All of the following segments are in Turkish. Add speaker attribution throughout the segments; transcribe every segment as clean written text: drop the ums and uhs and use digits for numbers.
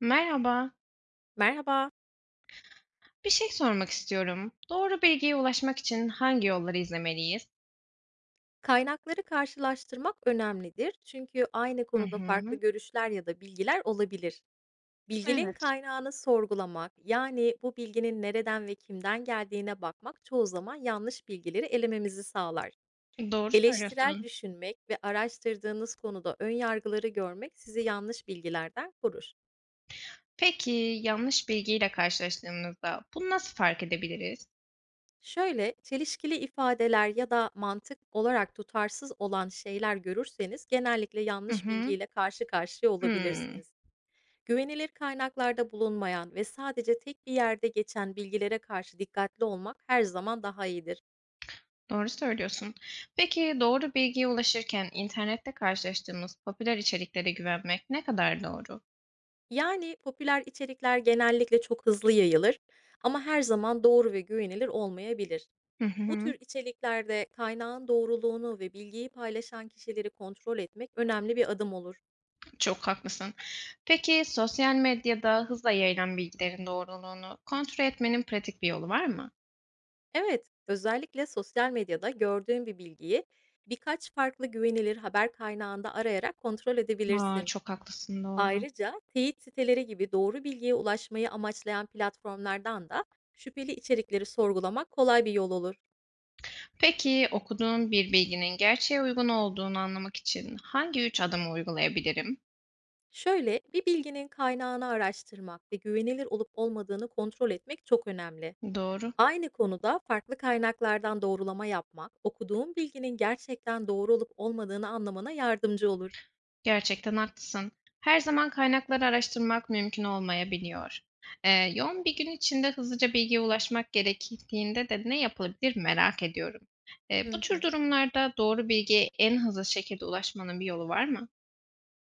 Speaker 1: Merhaba.
Speaker 2: Merhaba.
Speaker 1: Bir şey sormak istiyorum. Doğru bilgiye ulaşmak için hangi yolları izlemeliyiz?
Speaker 2: Kaynakları karşılaştırmak önemlidir çünkü aynı
Speaker 1: Hı
Speaker 2: konuda farklı
Speaker 1: hı.
Speaker 2: görüşler ya da bilgiler olabilir. Bilginin
Speaker 1: Evet.
Speaker 2: kaynağını sorgulamak, yani bu bilginin nereden ve kimden geldiğine bakmak çoğu zaman yanlış bilgileri elememizi sağlar.
Speaker 1: Doğru
Speaker 2: Eleştirel
Speaker 1: söylüyorsun.
Speaker 2: düşünmek ve araştırdığınız konuda ön yargıları görmek sizi yanlış bilgilerden korur.
Speaker 1: Peki yanlış bilgiyle karşılaştığımızda bunu nasıl fark edebiliriz?
Speaker 2: Şöyle, çelişkili ifadeler ya da mantık olarak tutarsız olan şeyler görürseniz genellikle
Speaker 1: Hı
Speaker 2: yanlış
Speaker 1: hı.
Speaker 2: bilgiyle karşı karşıya
Speaker 1: Hmm,
Speaker 2: olabilirsiniz. Güvenilir kaynaklarda bulunmayan ve sadece tek bir yerde geçen bilgilere karşı dikkatli olmak her zaman daha iyidir.
Speaker 1: doğru söylüyorsun. Peki doğru bilgiye ulaşırken internette karşılaştığımız popüler içeriklere güvenmek ne kadar doğru?
Speaker 2: Yani popüler içerikler genellikle çok hızlı yayılır ama her zaman doğru ve güvenilir olmayabilir.
Speaker 1: Hı
Speaker 2: Bu
Speaker 1: hı.
Speaker 2: tür içeriklerde kaynağın doğruluğunu ve bilgiyi paylaşan kişileri kontrol etmek önemli bir adım olur.
Speaker 1: Çok haklısın. Peki sosyal medyada hızla yayılan bilgilerin doğruluğunu kontrol etmenin pratik bir yolu var mı?
Speaker 2: Evet, özellikle sosyal medyada gördüğün bir bilgiyi birkaç farklı güvenilir haber kaynağında arayarak kontrol
Speaker 1: A,
Speaker 2: edebilirsin.
Speaker 1: çok haklısın, doğru.
Speaker 2: Ayrıca teyit siteleri gibi doğru bilgiye ulaşmayı amaçlayan platformlardan da şüpheli içerikleri sorgulamak kolay bir yol olur.
Speaker 1: Peki, okuduğun bir bilginin gerçeğe uygun olduğunu anlamak için hangi 3 adımı uygulayabilirim?
Speaker 2: Şöyle, bir bilginin kaynağını araştırmak ve güvenilir olup olmadığını kontrol etmek çok önemli.
Speaker 1: Doğru,
Speaker 2: Aynı konuda farklı kaynaklardan doğrulama yapmak, okuduğun bilginin gerçekten doğru olup olmadığını anlamana yardımcı olur.
Speaker 1: gerçekten haklısın. Her zaman kaynakları araştırmak mümkün olmayabiliyor. Yoğun bir gün içinde hızlıca bilgiye ulaşmak gerektiğinde de ne yapılabilir merak ediyorum. Bu
Speaker 2: Hı
Speaker 1: tür
Speaker 2: hı.
Speaker 1: durumlarda doğru bilgiye en hızlı şekilde ulaşmanın bir yolu var mı?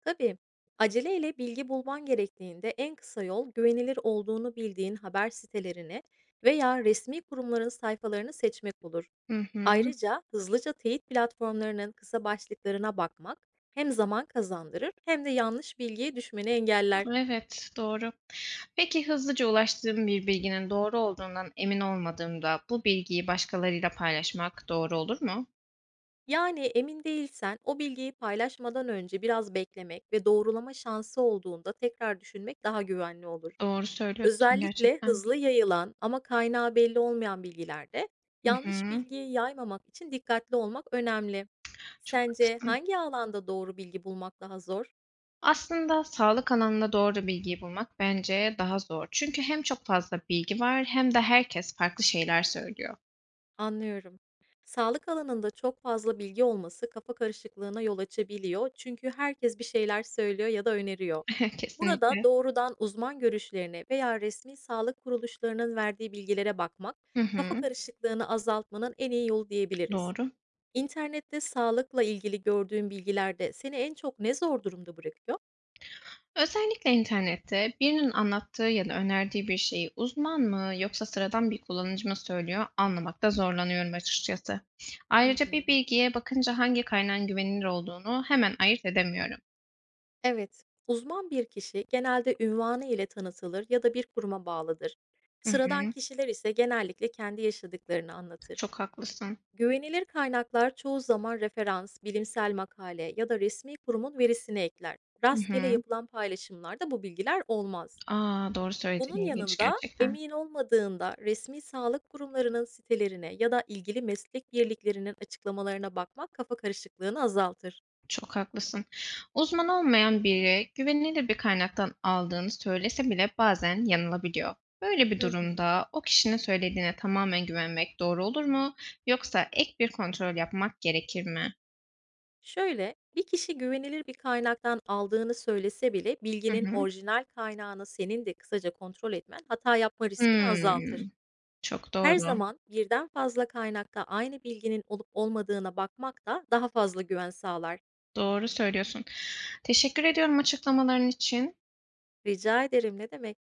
Speaker 2: Tabii. Aceleyle bilgi bulman gerektiğinde en kısa yol güvenilir olduğunu bildiğin haber sitelerini veya resmi kurumların sayfalarını seçmek olur.
Speaker 1: Hı hı.
Speaker 2: Ayrıca hızlıca teyit platformlarının kısa başlıklarına bakmak hem zaman kazandırır hem de yanlış bilgiye düşmeni engeller.
Speaker 1: Evet, doğru. Peki hızlıca ulaştığım bir bilginin doğru olduğundan emin olmadığımda bu bilgiyi başkalarıyla paylaşmak doğru olur mu?
Speaker 2: Yani emin değilsen o bilgiyi paylaşmadan önce biraz beklemek ve doğrulama şansı olduğunda tekrar düşünmek daha güvenli olur.
Speaker 1: Doğru söylüyorsun
Speaker 2: Özellikle
Speaker 1: gerçekten.
Speaker 2: hızlı yayılan ama kaynağı belli olmayan bilgilerde
Speaker 1: Hı
Speaker 2: yanlış
Speaker 1: hı.
Speaker 2: bilgiyi yaymamak için dikkatli olmak önemli.
Speaker 1: Çok
Speaker 2: Sence
Speaker 1: haklısın.
Speaker 2: hangi alanda doğru bilgi bulmak daha zor?
Speaker 1: Aslında sağlık alanında doğru bilgiyi bulmak bence daha zor, çünkü hem çok fazla bilgi var hem de herkes farklı şeyler söylüyor.
Speaker 2: Anlıyorum. Sağlık alanında çok fazla bilgi olması kafa karışıklığına yol açabiliyor çünkü herkes bir şeyler söylüyor ya da öneriyor. Burada
Speaker 1: Kesinlikle.
Speaker 2: doğrudan uzman görüşlerine veya resmi sağlık kuruluşlarının verdiği bilgilere bakmak
Speaker 1: Hı
Speaker 2: kafa
Speaker 1: hı.
Speaker 2: karışıklığını azaltmanın en iyi yolu diyebiliriz.
Speaker 1: Doğru.
Speaker 2: İnternette sağlıkla ilgili gördüğün bilgilerde seni en çok ne zor durumda bırakıyor?
Speaker 1: Özellikle internette birinin anlattığı ya da önerdiği bir şeyi uzman mı yoksa sıradan bir kullanıcı mı söylüyor anlamakta zorlanıyorum açıkçası.
Speaker 2: Hı
Speaker 1: Ayrıca bir
Speaker 2: hı.
Speaker 1: bilgiye bakınca hangi kaynağın güvenilir olduğunu hemen ayırt edemiyorum.
Speaker 2: Evet, uzman bir kişi genelde ünvanı ile tanıtılır ya da bir kuruma bağlıdır.
Speaker 1: Hı
Speaker 2: Sıradan
Speaker 1: hı,
Speaker 2: kişiler ise genellikle kendi yaşadıklarını anlatır.
Speaker 1: çok haklısın.
Speaker 2: Güvenilir kaynaklar çoğu zaman referans, bilimsel makale ya da resmi kurumun verisini ekler.
Speaker 1: Hı
Speaker 2: Rastgele
Speaker 1: hı.
Speaker 2: yapılan paylaşımlarda bu bilgiler olmaz.
Speaker 1: Aa, doğru
Speaker 2: Bunun
Speaker 1: söyledin, ilginç
Speaker 2: yanında
Speaker 1: gerçekten.
Speaker 2: emin olmadığında resmi sağlık kurumlarının sitelerine ya da ilgili meslek birliklerinin açıklamalarına bakmak kafa karışıklığını azaltır.
Speaker 1: Çok haklısın. Uzman olmayan biri güvenilir bir kaynaktan aldığını söylese bile bazen yanılabiliyor. Böyle bir
Speaker 2: Hı hı.
Speaker 1: durumda o kişinin söylediğine tamamen güvenmek doğru olur mu? Yoksa ek bir kontrol yapmak gerekir mi?
Speaker 2: Şöyle, bir kişi güvenilir bir kaynaktan aldığını söylese bile
Speaker 1: Hı
Speaker 2: bilginin
Speaker 1: hı.
Speaker 2: orijinal kaynağını senin de kısaca kontrol etmen hata yapma riskini azaltır.
Speaker 1: Hmm, çok
Speaker 2: Her
Speaker 1: doğru.
Speaker 2: zaman birden fazla kaynakta aynı bilginin olup olmadığına bakmak da daha fazla güven sağlar.
Speaker 1: Doğru söylüyorsun. Teşekkür ediyorum açıklamaların için.
Speaker 2: Rica ederim, ne demek?